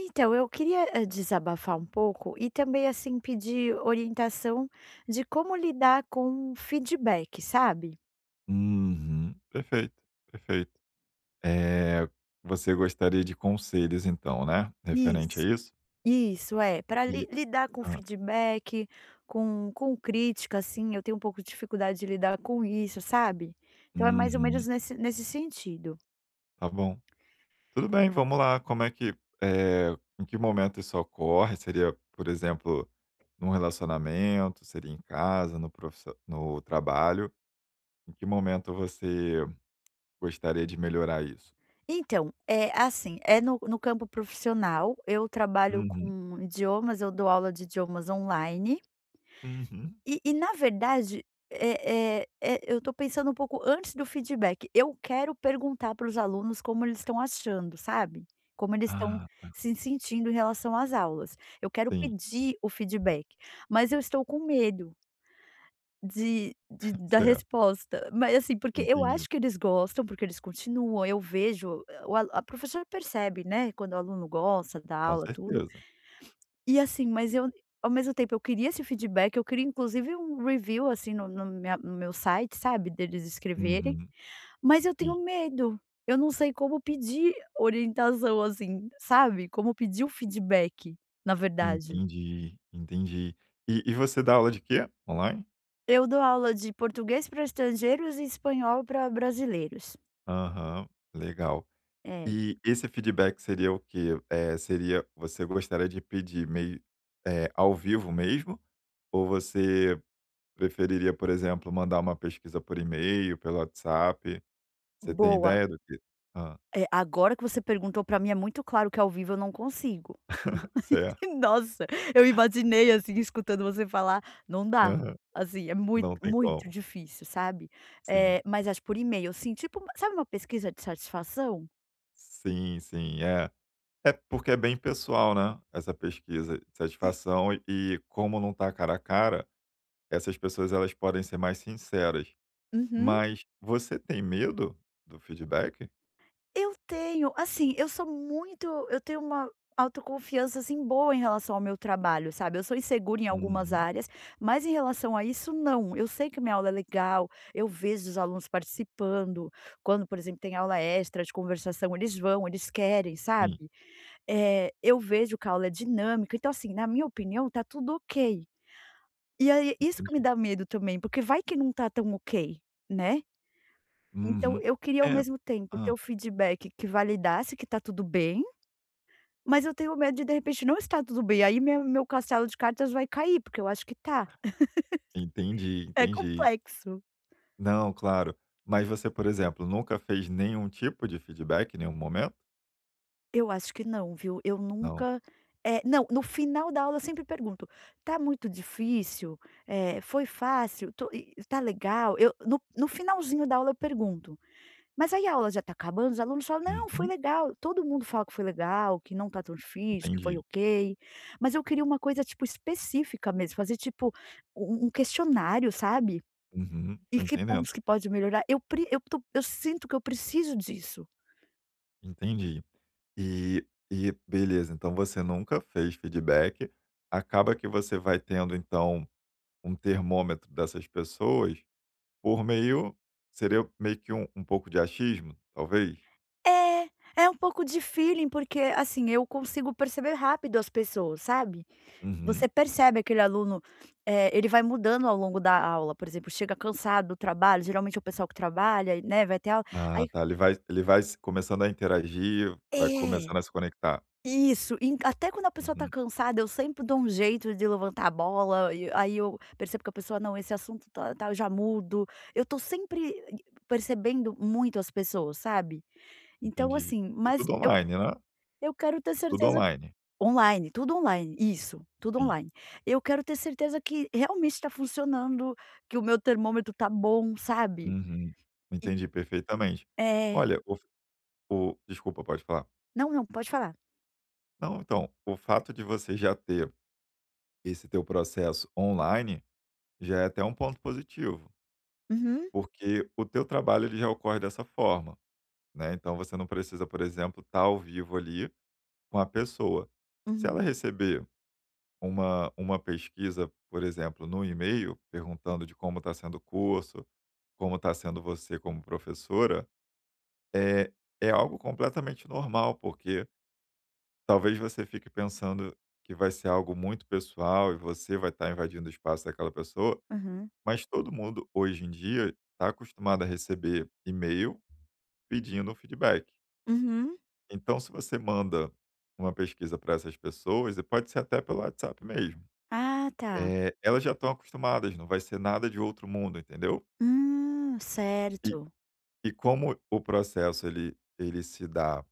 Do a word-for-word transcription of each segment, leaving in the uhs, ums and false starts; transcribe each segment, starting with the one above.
Então, eu queria, hã, desabafar um pouco e também, assim, pedir orientação de como lidar com feedback, sabe? Uhum. Perfeito, perfeito. é Você gostaria de conselhos então, né, referente a Isso, isso? isso, é. Para E lidar com hã. feedback, com com crítica, assim, eu tenho um pouco de dificuldade de lidar com isso, sabe? Então é mais ou Uhum. menos nesse nesse sentido. Tá bom. Tudo bem, vamos lá. Como é que é em que momento isso ocorre? Seria, por exemplo, num relacionamento? Seria em casa, no profiss no trabalho? Em que momento você gostaria de melhorar isso? Então, é assim, é no no campo profissional, eu trabalho Uhum. com idiomas, eu dou aula de idiomas online. Uhum. E e na verdade, eh eh eh, eu estou pensando um pouco antes do feedback, eu quero perguntar para os alunos como eles estão achando, sabe, como eles estão Ah, se sentindo em relação às aulas. Eu quero sim. pedir o feedback, mas eu estou com medo de de da Certo, resposta, mas assim, porque eu entendi. acho que eles gostam, porque eles continuam, eu vejo, o alu- a professora percebe, né, quando o aluno gosta da Com aula, tudo. certeza. E assim, mas eu ao mesmo tempo eu queria esse feedback, eu queria inclusive um review, assim, no no minha no meu site, sabe, deles escreverem, Uhum. mas eu Sim. tenho medo. Eu não sei como pedir orientação, assim, sabe, como pedir o feedback, na verdade. Entendi, entendi. E e você dá aula de quê? Online? Eu dou aula de português para estrangeiros e espanhol para brasileiros. Aham, legal. É, E esse feedback seria o quê? É seria, você gostaria de pedir meio é ao vivo mesmo? Ou você preferiria, por exemplo, mandar uma pesquisa por e-mail, pelo WhatsApp? Você tem boa. ideia do que hã, É, agora que você perguntou, para mim é muito claro que ao vivo eu não consigo. certo. Nossa, eu imaginei, assim, escutando você falar, não dá. Aham. Assim, é muito, Não tem muito como. difícil, sabe. Sim. Eh, mas acho por e-mail, assim, tipo, sabe, uma pesquisa de satisfação? Sim, sim, é. É porque é bem pessoal, né, essa pesquisa de E satisfação, e e como não tá cara a cara, essas pessoas, elas podem ser mais sinceras. uhum. Mas você tem medo do feedback? Eu tenho, assim, eu sou muito eu tenho uma autoconfiança, assim, boa em relação ao meu trabalho, sabe. Eu sou insegura em algumas Uhum. áreas, mas em relação a isso, não. Eu sei que minha aula é legal, eu vejo os alunos participando. Quando, por exemplo, tem aula extra de conversação, eles vão, eles querem, Sim, sabe. Eh, eu vejo que a aula é dinâmica, então assim, na minha opinião, tá tudo ok. E aí isso que me entendi. dá medo também, porque vai que não tá tão ok, né. Então Uhum. eu queria ao É. mesmo tempo ter Hã. o feedback que validasse que tá tudo bem, mas eu tenho medo de de repente não estar tudo bem, aí minha meu castelo de cartas vai cair, porque eu acho que tá. Entendi, É entendi. complexo. Não, claro. Mas você, por exemplo, nunca fez nenhum tipo de feedback em nenhum momento? Eu acho que não, viu. Eu Não. nunca eh, não, no final da aula eu sempre pergunto: "Tá muito difícil? Eh, foi fácil? To e tá legal?" Eu no no finalzinho da aula eu pergunto. Mas aí a aula já tá acabando, os alunos falam: "Não, foi Uhum. legal". Todo mundo fala que foi legal, que não tá tão difícil, que foi Entendi. ok. Mas eu queria uma coisa, tipo, específica mesmo, fazer tipo um um questionário, sabe. Uhum. E Tô que entendendo. pontos que pode melhorar. Eu pre eu tô eu sinto que eu preciso disso. Entendi. E e beleza, então você nunca fez feedback. Acaba que você vai tendo, então, um termômetro dessas pessoas. Por meio Seria meio que um um pouco de achismo, talvez? É, é um pouco de feeling, porque, assim, eu consigo perceber rápido as pessoas, sabe. Uhum. Você percebe aquele aluno, eh, ele vai mudando ao longo da aula, por exemplo, chega cansado do trabalho, geralmente é o pessoal que trabalha, né, vai ter aula, Ah, aí tá, ele vai ele vai se começando a interagir, vai é, começando a se conectar. isso, e até quando a pessoa tá Uhum, cansada eu sempre dou um jeito de levantar a bola, e aí eu percebo que a pessoa: "Não, esse assunto tá tá", eu já mudo. Eu tô sempre percebendo muito as pessoas, sabe. Então, entendi. assim, E mas tudo eu online, né? eu quero ter Tudo certeza. online. Online, tudo online, isso, tudo Sim. online. Eu quero ter certeza que realmente está funcionando, que o meu termômetro tá bom, sabe. Uhum. E Entendi perfeitamente. é. Olha, o f o desculpa, pode falar. Não, não, pode falar. Não, então, o fato de você já ter esse teu processo online já é até um ponto positivo, Uhum, porque o teu trabalho, ele já ocorre dessa forma, né, então você não precisa, por exemplo, estar ao vivo ali com a pessoa. Se ela uhum, receber uma, uma pesquisa, por exemplo, no e-mail, perguntando de como está sendo o curso, como está sendo você como professora, é, é algo completamente normal, porque talvez você fique pensando que vai ser algo muito pessoal e você vai estar invadindo o espaço daquela pessoa, uhum, mas todo mundo hoje em dia está acostumado a receber e-mail pedindo um feedback. uhum. Então, se você manda uma pesquisa para essas pessoas, e pode ser até pelo WhatsApp mesmo. Ah, tá. Eh, elas já estão acostumadas, não vai ser nada de outro mundo, entendeu? Hum, E certo. e como o processo, ele ele se dá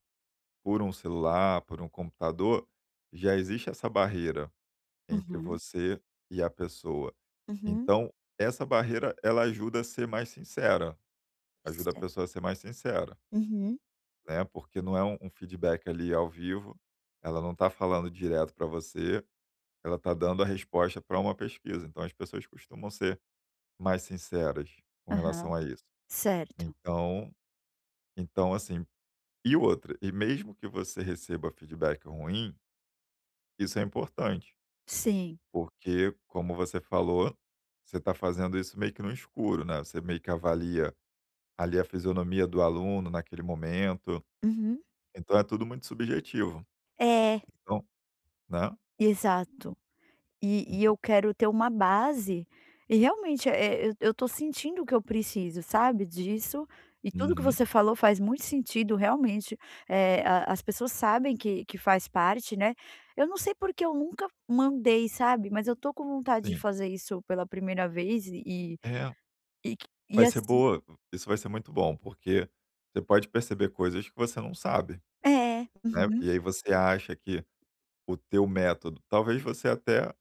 por um celular, por um computador, já existe essa barreira entre Uhum, você e a pessoa. uhum, Então, essa barreira, ela ajuda a ser mais sincera, ajuda a cer pessoa a ser mais sincera, uhum, né, porque não é um um feedback ali ao vivo, ela não está falando direto para você, ela está dando a resposta para uma pesquisa, então as pessoas costumam ser mais sinceras com aham, relação a isso. certo. Então então assim, e outra, e mesmo que você receba feedback ruim, isso é importante, Sim. porque como você falou, você está fazendo isso meio que no escuro, né, você meio que avalia ali a fisionomia do aluno naquele momento, Uhum. então é tudo muito subjetivo. É, Então, né, exato. E e então, eu quero ter uma base e realmente, eh, eu eu tô sentindo que eu preciso, sabe, disso, e tudo que uhum, você falou faz muito sentido realmente, eh, a as pessoas sabem que que faz parte, né. Eu não sei porque eu nunca mandei, sabe, mas eu tô com vontade de sim. fazer isso pela primeira vez e É, e e vai ser assim boa isso vai ser muito bom, porque você pode perceber coisas que você não sabe, é, né, uhum, e aí você acha que o teu método. Talvez você até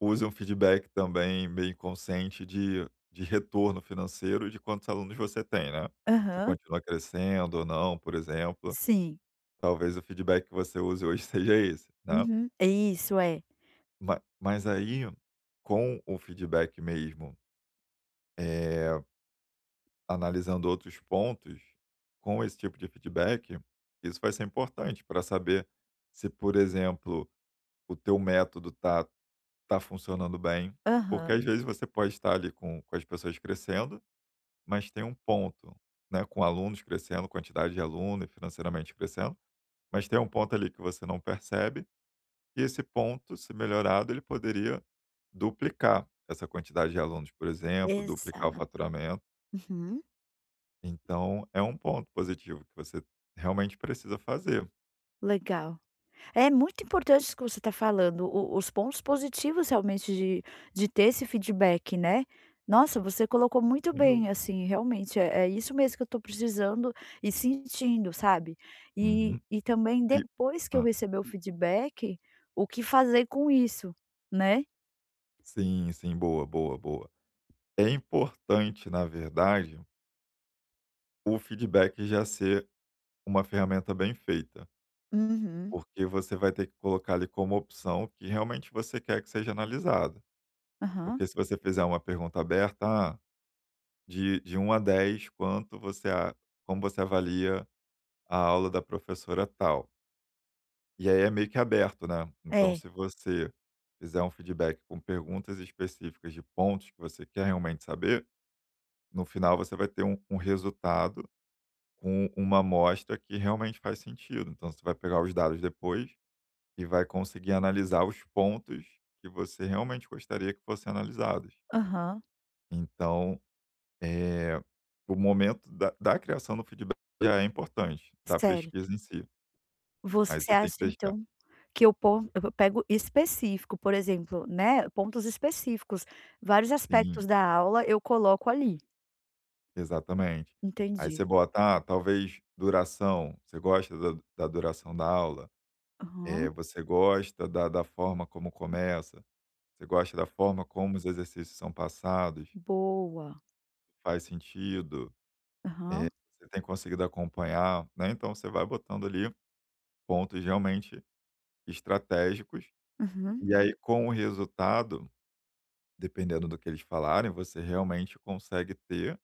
use um feedback também meio inconsciente de, de retorno financeiro, de quantos alunos você tem, né? Se aham, continua crescendo ou não, por exemplo. sim, Talvez o feedback que você use hoje seja esse, né? uhum, isso é, Mas, mas aí, com o feedback mesmo, é, analisando outros pontos, com esse tipo de feedback, isso vai ser importante para saber se, por exemplo, o teu método está tá funcionando bem, porque aham, às vezes você pode estar ali com, com as pessoas crescendo, mas tem um ponto, né, com alunos crescendo, quantidade de aluno e financeiramente crescendo, mas tem um ponto ali que você não percebe, e esse ponto, se melhorado, ele poderia duplicar essa quantidade de alunos, por exemplo, duplicar o exato, faturamento. uhum, Então, é um ponto positivo que você realmente precisa fazer, legal. É muito importante isso que você está falando, o os pontos positivos realmente de de ter esse feedback, né. Nossa, você colocou muito sem dúvida. bem, assim, realmente é é isso mesmo que eu estou precisando e sentindo, sabe. E Uhum. e também E, depois que eu ah, receber o feedback, o que fazer com isso, né. sim, sim, boa, boa, boa. É importante, na verdade, o feedback já ser uma ferramenta bem feita, Uhum. porque você vai ter que colocar ali como opção o que realmente você quer que seja analisado. Aham. Porque se você fizer uma pergunta aberta, ah, de, de um a dez, quanto você a- como você avalia a aula da professora tal? E aí é meio que aberto, né? Então, É. se você fizer um feedback com perguntas específicas de pontos que você quer realmente saber, no final você vai ter um um resultado com uma amostra que realmente faz sentido. Então você vai pegar os dados depois e vai conseguir analisar os pontos que você realmente gostaria que fossem analisados. Aham. Então, eh, o momento da, da criação do feedback já é importante, da Sério. pesquisa em si. Aí Você você tem acha que deixar. então que o pon eu pego específico, por exemplo, né, pontos específicos, vários aspectos Sim, da aula eu coloco ali. exatamente. Aí Entendi. você bota, ah, talvez duração. Você gosta da, da duração da aula? Eh, Aham, você gosta da, da forma como começa? Você gosta da forma como os exercícios são passados? boa. Faz sentido. Eh, Aham, você tem conseguido acompanhar, né, então você vai botando ali pontos realmente estratégicos, uhum. e aí com o resultado, dependendo do que eles falarem, você realmente consegue ter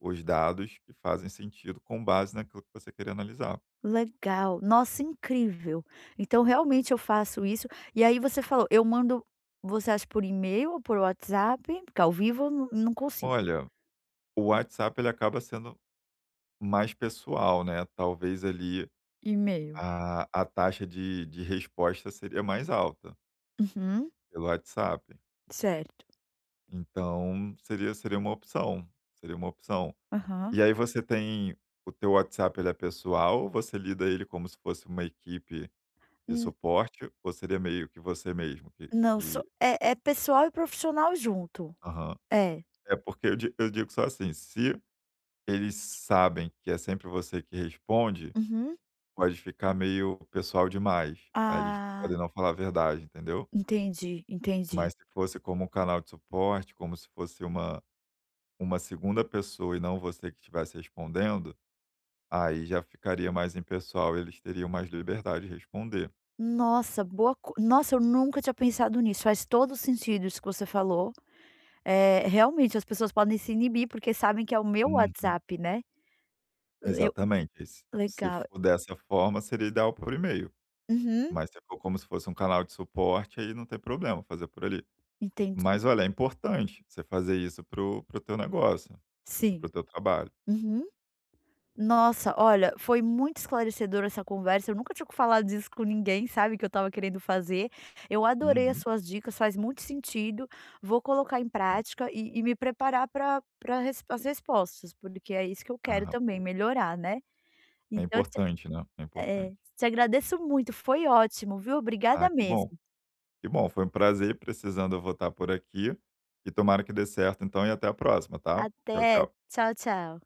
os dados que fazem sentido com base naquilo que você queria analisar. Legal, nossa, incrível. Então realmente eu faço isso, e aí você falou, eu mando, você acha por e-mail ou por WhatsApp? Porque ao vivo eu não não consigo. Olha, o WhatsApp, ele acaba sendo mais pessoal, né, talvez ali E-mail. a a taxa de de resposta seria mais alta Uhum, pelo WhatsApp, certo. então seria seria uma opção, seria uma opção. Aham. E aí você tem, o teu WhatsApp, ele é pessoal, você lida ele como se fosse uma equipe de N suporte, ou seria meio que você mesmo que não, só que é é pessoal e profissional junto. aham. É. É porque eu di eu digo só assim, se eles sabem que é sempre você que responde, Uhum. pode ficar meio pessoal demais, aí eles podem Ah, não falar a verdade, entendeu. entendi, Mas entendi. se fosse como um canal de suporte, como se fosse uma uma segunda pessoa e não você que estivesse respondendo, aí já ficaria mais impessoal, eles teriam mais liberdade de responder. Nossa, boa co nossa, eu nunca tinha pensado nisso, faz todo sentido isso que você falou. É realmente, as pessoas podem se inibir, porque sabem que é o meu Uhum. WhatsApp, né. Eu Exatamente, s se legal. for dessa forma, seria ideal por e-mail, Uhum, mas se for como se fosse um canal de suporte, aí não tem problema fazer por ali. entendi. Mas olha, é importante você fazer isso pro pro teu negócio, Sim. pro teu trabalho. Uhum. Nossa, olha, foi muito esclarecedora essa conversa, eu nunca tinha falado disso com ninguém, sabe, que eu estava querendo fazer. Eu adorei as Uhum. suas dicas, faz muito sentido, vou colocar em prática e e me preparar para as respostas, porque é isso que eu quero Ah ah, também, pô, melhorar, né. é Então te importante, né, é importante. eh, te agradeço muito, foi ótimo, viu. Obrigada Ah, que bom, mesmo. que bom, foi um prazer, precisando eu vou estar por aqui, e tomara que dê certo então. E até a próxima, tá. Tchau, Até, tchau. tchau, tchau.